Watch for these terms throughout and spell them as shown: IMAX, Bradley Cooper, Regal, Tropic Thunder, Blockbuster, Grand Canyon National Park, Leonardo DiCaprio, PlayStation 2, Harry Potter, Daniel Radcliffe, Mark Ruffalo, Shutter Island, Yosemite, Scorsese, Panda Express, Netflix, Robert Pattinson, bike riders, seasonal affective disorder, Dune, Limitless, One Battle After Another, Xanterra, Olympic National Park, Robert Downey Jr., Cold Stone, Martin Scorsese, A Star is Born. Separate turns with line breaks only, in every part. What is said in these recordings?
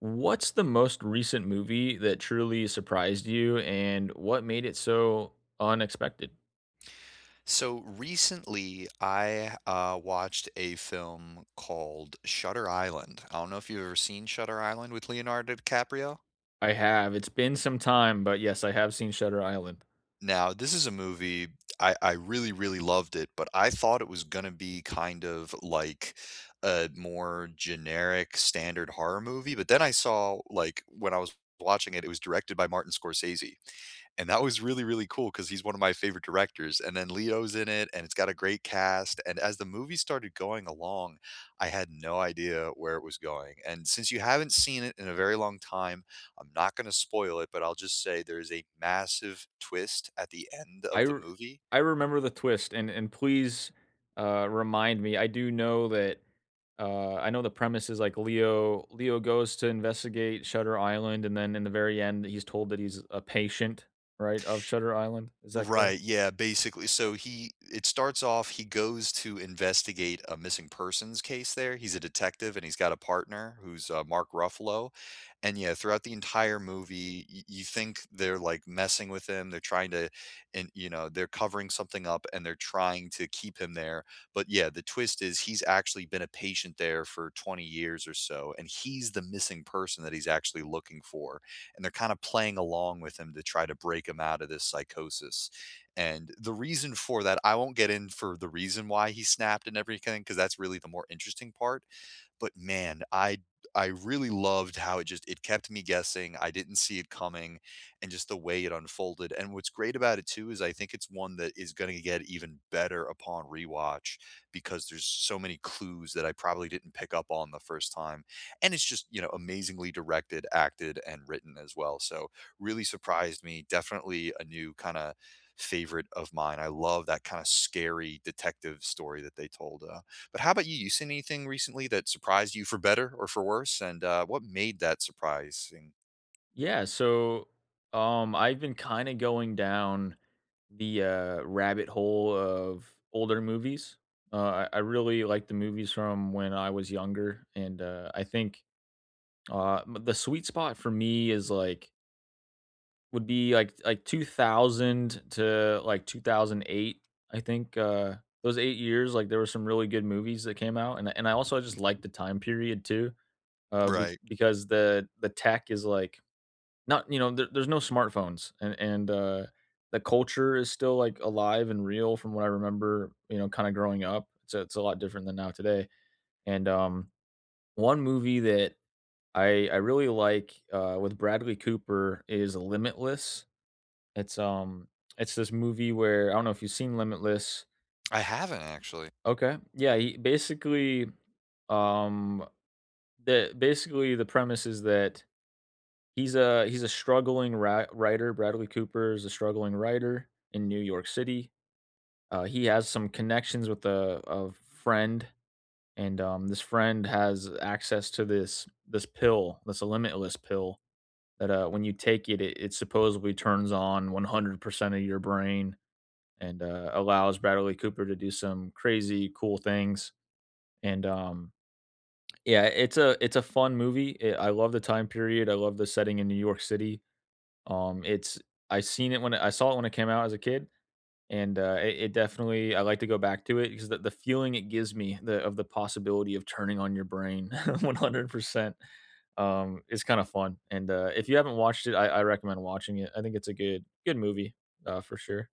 What's the most recent movie that truly surprised you and what made it so unexpected?
So recently, I watched a film called Shutter Island. I don't know if you've ever seen Shutter Island with Leonardo DiCaprio.
I have. It's been some time, but yes, I have seen Shutter Island.
Now, this is a movie I really, really loved it, but I thought it was going to be kind of like a more generic standard horror movie. But then I saw, like, when I was watching it, it was directed by Martin Scorsese. And that was really, really cool because he's one of my favorite directors. And then Leo's in it, and it's got a great cast. And as the movie started going along, I had no idea where it was going. And since you haven't seen it in a very long time, I'm not going to spoil it, but I'll just say there is a massive twist at the end of
I
the
r-
movie.
I remember the twist and please, remind me. I do know that, I know the premise is like Leo goes to investigate Shutter Island, and then in the very end he's told that he's a patient, right, of Shutter Island. Is that correct?
Right, yeah, basically. So he it starts off, he goes to investigate a missing persons case there. He's a detective and he's got a partner who's Mark Ruffalo. And yeah, throughout the entire movie, you think they're like messing with him. They're trying to, and you know, they're covering something up and they're trying to keep him there. But yeah, the twist is he's actually been a patient there for 20 years or so, and he's the missing person that he's actually looking for, and they're kind of playing along with him to try to break him out of this psychosis. And the reason for that, I won't get in for the reason why he snapped and everything, because that's really the more interesting part. But man, I really loved how it just it kept me guessing. I didn't see it coming and just the way it unfolded. And what's great about it too is I think it's one that is going to get even better upon rewatch because there's so many clues that I probably didn't pick up on the first time. And it's just, you know, amazingly directed, acted and written as well. So really surprised me. Definitely a new kind of favorite of mine. I love that kind of scary detective story that they told. But how about you? You seen anything recently that surprised you for better or for worse? And what made that surprising?
Yeah, so I've been kind of going down the rabbit hole of older movies. I really like the movies from when I was younger, and I think the sweet spot for me is would be like 2000 to like 2008. I think those 8 years, like there were some really good movies that came out. And I also just like the time period too,
Right.
because the tech is like not, you know, there there's no smartphones, and the culture is still, like, alive and real from what I remember, you know, kinda growing up. It's a lot different than now today, and one movie that I really like, with Bradley Cooper, is Limitless. It's, um it's this movie where I don't know if you've seen Limitless.
I haven't actually.
Okay. Yeah, he basically, um the premise is that he's a struggling ra writer. Bradley Cooper is a struggling writer in New York City. He has some connections with a friend, and, this friend has access to this pill, this limitless pill that, when you take it, it supposedly turns on 100% of your brain and, allows Bradley Cooper to do some crazy cool things, and, yeah, it's a fun movie. I love the time period. I love the setting in New York City. It's I saw it when it came out as a kid, and it, it definitely I like to go back to it because the feeling it gives me the of the possibility of turning on your brain 100% is kind of fun. And if you haven't watched it, I recommend watching it. I think it's a good movie, for sure.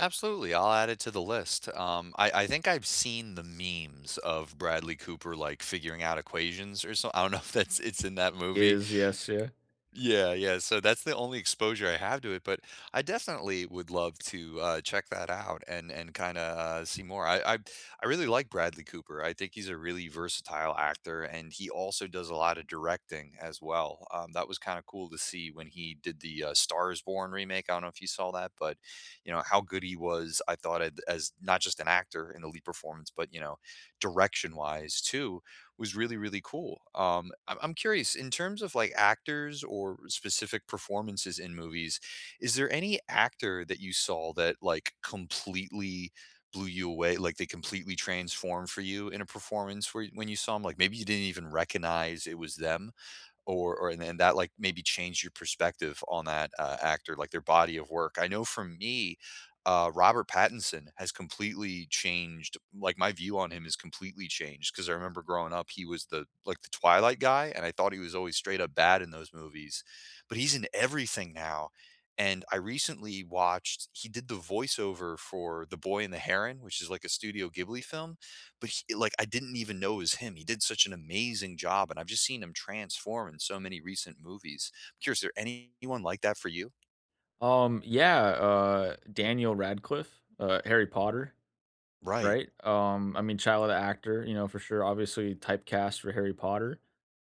Absolutely. I'll add it to the list. I think I've seen the memes of Bradley Cooper like figuring out equations or something. I don't know if that's it's in that movie.
Is yes yeah.
Yeah, yeah. So that's the only exposure I have to it, but I definitely would love to check that out and kind of see more. I really like Bradley Cooper. I think he's a really versatile actor, and he also does a lot of directing as well. That was kind of cool to see when he did the Star is Born remake. I don't know if you saw that, but you know how good he was. I thought as not just an actor in the lead performance, but you know direction wise too was really really cool. I'm curious in terms of like actors or specific performances in movies. Is there any actor that you saw that like completely blew you away, like they completely transformed for you in a performance where when you saw them, like maybe you didn't even recognize it was them? Or and then that like maybe changed your perspective on that actor, like their body of work. I know for me, Robert Pattinson has completely changed. Like my view on him is completely changed because I remember growing up, he was the like the Twilight guy, and I thought he was always straight up bad in those movies, but he's in everything now. And I recently watched he did the voiceover for The Boy and the Heron, which is like a Studio Ghibli film, but he like, I didn't even know it was him. He did such an amazing job, and I've just seen him transform in so many recent movies. I'm curious, is there anyone like that for you?
Yeah, Daniel Radcliffe, Harry Potter,
Right.
right? I mean, child actor, you know, for sure. Obviously, typecast for Harry Potter,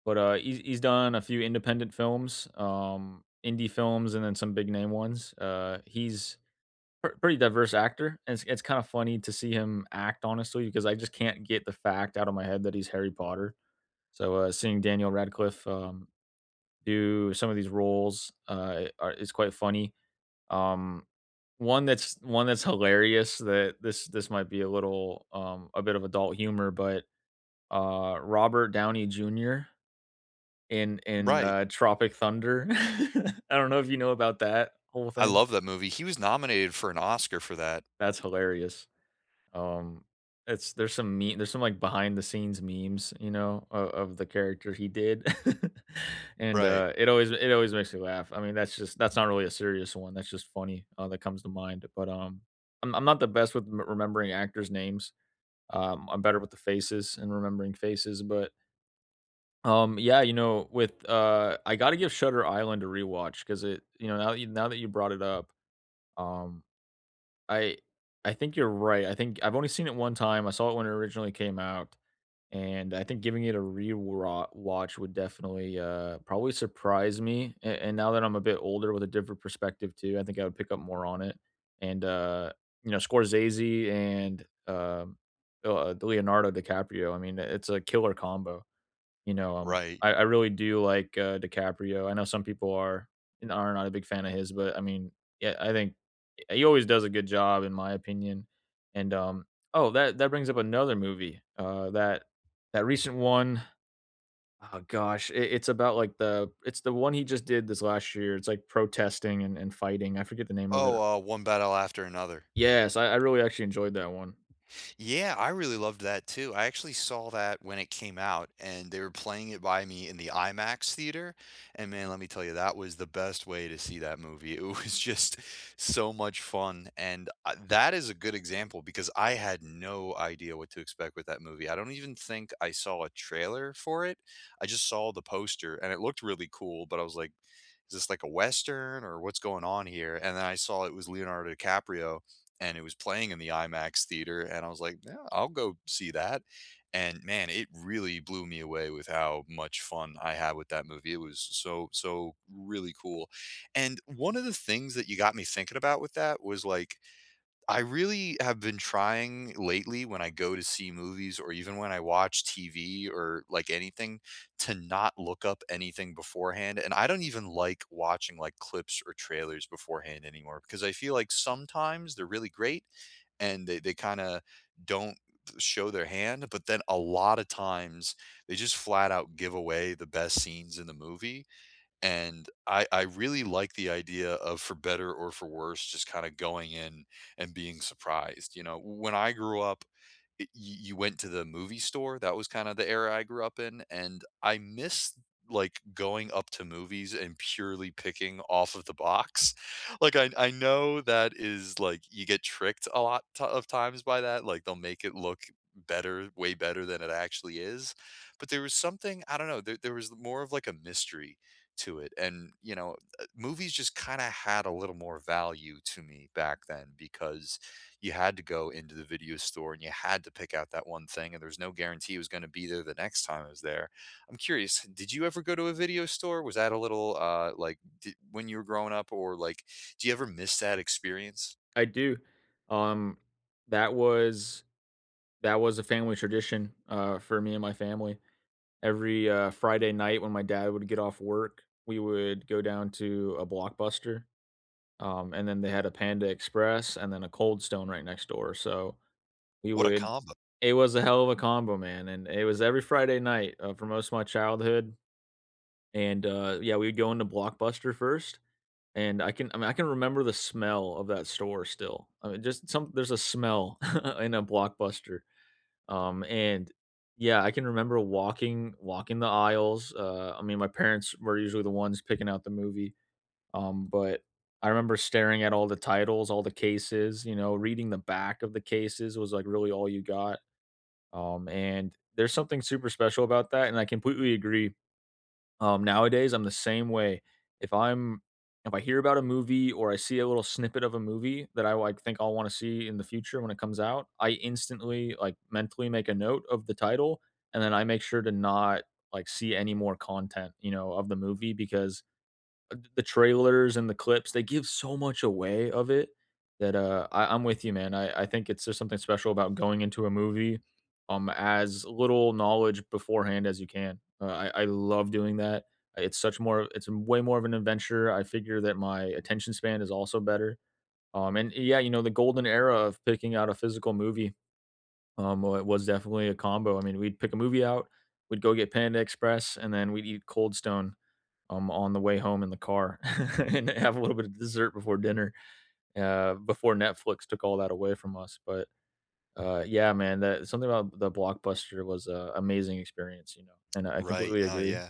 but he's done a few independent films, indie films, and then some big name ones. He's pretty diverse actor, and it's kind of funny to see him act, honestly, because I just can't get the fact out of my head that he's Harry Potter. So, seeing Daniel Radcliffe, do some of these roles, is quite funny. Um, one that's hilarious, that this might be a little, a bit of adult humor, but, Robert Downey Jr. in in,
Right.
uh, Tropic Thunder. I don't know if you know about that whole
I
thing.
love that movie. He was nominated for an Oscar for that.
That's hilarious. Um, it's there's some me there's some, like, behind the scenes memes, you know, of the character he did. And,
Right.
it always makes me laugh. I mean, that's not really a serious one, that's just funny, that comes to mind, but, I'm not the best with m remembering actors' names. I'm better with the faces and remembering faces, but yeah, you know, with I got to give Shutter Island a rewatch because it, you know, now that you brought it up, um, I think you're right. I think I've only seen it one time. I saw it when it originally came out, and I think giving it a re-watch would definitely probably surprise me. And now that I'm a bit older with a different perspective too, I think I would pick up more on it. And you know, Scorsese and Leonardo DiCaprio. I mean, it's a killer combo. You know,
Right.
I really do like, DiCaprio. I know some people are and are not a big fan of his, but I mean, yeah, I think, he always does a good job in my opinion, and oh, that brings up another movie, that recent one. Oh gosh, it's about, like, the it's the one he just did this last year, it's, like, protesting and fighting. I forget the name of it.
Oh, One Battle After Another.
Yes, I really actually enjoyed that one.
Yeah, I really loved that too. I actually saw that when it came out and they were playing it by me in the IMAX theater. And man, let me tell you, that was the best way to see that movie. It was just so much fun. And that is a good example because I had no idea what to expect with that movie. I don't even think I saw a trailer for it. I just saw the poster and it looked really cool, but I was like, is this like a Western or what's going on here? And then I saw it was Leonardo DiCaprio and it was playing in the IMAX theater, and I was like, "Yeah, I'll go see that." And man, it really blew me away with how much fun I had with that movie. It was so so really cool. And one of the things that you got me thinking about with that was like I really have been trying lately when I go to see movies or even when I watch TV or like anything to not look up anything beforehand. And I don't even like watching like clips or trailers beforehand anymore because I feel like sometimes they're really great and they kind of don't show their hand. But then a lot of times they just flat out give away the best scenes in the movie. And I really like the idea of for better or for worse, just kinda going in and being surprised, you know? When I grew up, I you you went to the movie store, that was kinda the era I grew up in, and I miss, like, going up to movies and purely picking off of the box. Like, I know that is, like you get tricked a lot t of times by that, like, they'll make it look better way better than it actually is, but there was something I don't know, there was more of, like, a mystery to it. And, you know, movies just kind of had a little more value to me back then because you had to go into the video store and you had to pick out that one thing, and there's no guarantee it was going to be there the next time I was there. I'm curious, did you ever go to a video store? Was that a little like di when you were growing up, or like, do you ever miss that experience?
I do. Um, that was a family tradition, for me and my family. Every, Friday night when my dad would get off work, we would go down to a Blockbuster, and then they had a Panda Express and then a Cold Stone right next door, so we
What a
would
combo.
it was a hell of a combo, man, and it was every Friday night, for most of my childhood, and, yeah, we would go into Blockbuster first, and I mean, I can remember the smell of that store still. I mean, just some there's a smell in a Blockbuster, and yeah, I can remember walking the aisles. I mean, my parents were usually the ones picking out the movie. But I remember staring at all the titles, all the cases. You know, reading the back of the cases was like really all you got. And there's something super special about that, and I completely agree. Nowadays, I'm the same way. If I'm if I hear about a movie or I see a little snippet of a movie that I like think I'll want to see in the future when it comes out, I instantly like mentally make a note of the title, and then I make sure to not like see any more content, you know, of the movie, because the trailers and the clips, they give so much away of it, that, I'm with you, man. I think it's just something special about going into a movie, as little knowledge beforehand as you can. I love doing that. It's way more of an adventure. I figure that my attention span is also better. And yeah, you know, the golden era of picking out a physical movie, wa was definitely a combo. I mean, we'd pick a movie out, we'd go get Panda Express, and then we'd eat Cold Stone, on the way home in the car, and have a little bit of dessert before dinner, before Netflix took all that away from us. But yeah, man, that something about the Blockbuster was a amazing experience, you know, and I
Right.
completely
No,
agree.
yeah.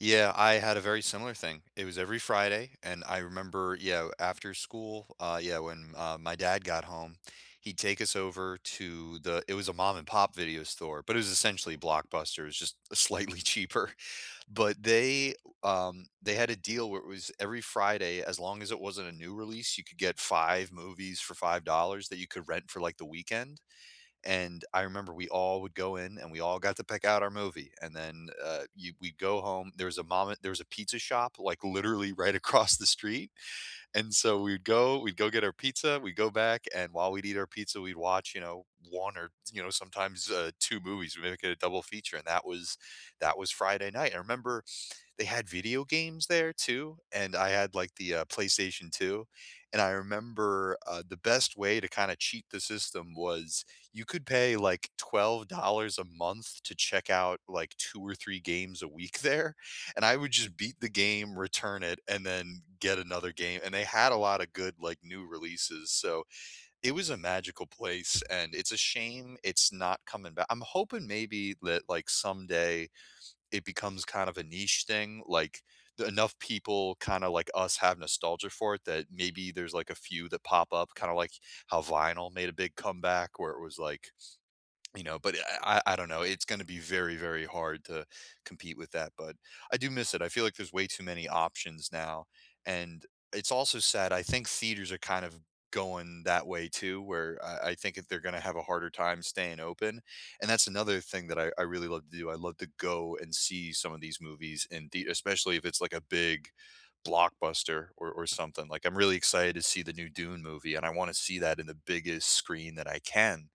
Yeah, I had a very similar thing. It was every Friday, and I remember, yeah, after school, when my dad got home, he'd take us over to the. It was a mom and pop video store, but it was essentially Blockbuster. It was just slightly cheaper, but they had a deal where it was every Friday, as long as it wasn't a new release, you could get five movies for $5 that you could rent for like the weekend. And I remember we all would go in and we all got to pick out our movie. And then we'd go home. There was a pizza shop like literally right across the street. And so we'd go get our pizza, we'd go back. And while we'd eat our pizza, we'd watch, you know, one or, you know, sometimes two movies. We make it a double feature. And that was Friday night. I remember they had video games there too, and I had like the PlayStation 2, and I remember, the best way to kinda cheat the system was you could pay like $12 a month to check out like 2 or 3 games a week there, and I would just beat the game, return it, and then get another game, and they had a lot of good, like, new releases, so it was a magical place, and it's a shame it's not coming back. I'm hoping maybe that, like, someday it becomes kind of a niche thing, like, the enough people kinda like us have nostalgia for it that maybe there's, like, a few that pop up, kinda like how vinyl made a big comeback where it was, like, you know, but I don't know, it's gonna be very, very hard to compete with that, but I do miss it, I feel like there's way too many options now, and it's also sad, I think theaters are kind of going that way too, where I think that they're gonna have a harder time staying open, and that's another thing that I really love to do, I love to go and see some of these movies in the especially if it's like a big blockbuster or something, like, I'm really excited to see the new Dune movie, and I wanna see that in the biggest screen that I can.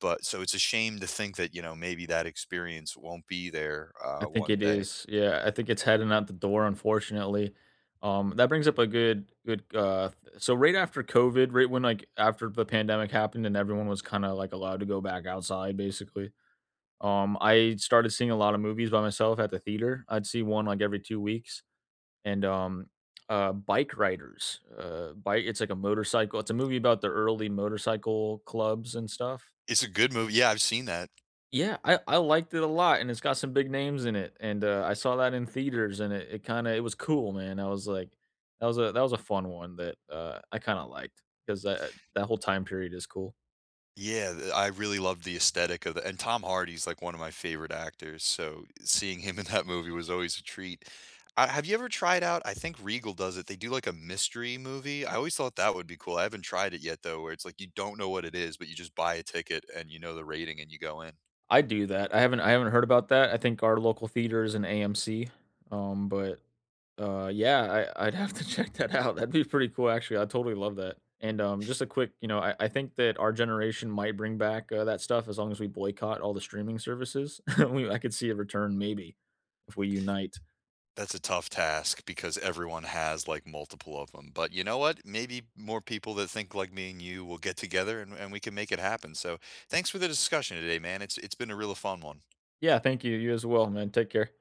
But so it's a shame to think that, you know, maybe that experience won't be there,
I think
one
it
day.
is. Yeah, I think it's heading out the door, unfortunately. That brings up a good, good. Th- So right after COVID, right when like after the pandemic happened and everyone was kind of like allowed to go back outside, basically. I started seeing a lot of movies by myself at the theater. I'd see one like every 2 weeks, and bike riders, bike it's like a motorcycle, it's a movie about the early motorcycle clubs and stuff.
It's a good movie. Yeah, I've seen that.
Yeah, I liked it a lot, and it's got some big names in it, and I saw that in theaters, and it kind of, it was cool, man. I was like, that was a fun one that, I kind of liked, because that whole time period is cool.
Yeah, th I really loved the aesthetic of the and Tom Hardy's, like, one of my favorite actors, so seeing him in that movie was always a treat. Have you ever tried out I think Regal does it, they do, like, a mystery movie? I always thought that would be cool. I haven't tried it yet, though, where it's like you don't know what it is, but you just buy a ticket and you know the rating and you go in.
I do that. I haven't heard about that. I think our local theater is an AMC. But Yeah, I'd have to check that out. That'd be pretty cool, actually. I totally love that. And just a quick, you know, I think that our generation might bring back, that stuff, as long as we boycott all the streaming services. I could see a return, maybe if we unite.
That's a tough task because everyone has like multiple of them. But you know what? Maybe more people that think like me and you will get together and we can make it happen. So thanks for the discussion today, man. It's been a real fun one.
Yeah, thank you. You as well, man. Take care.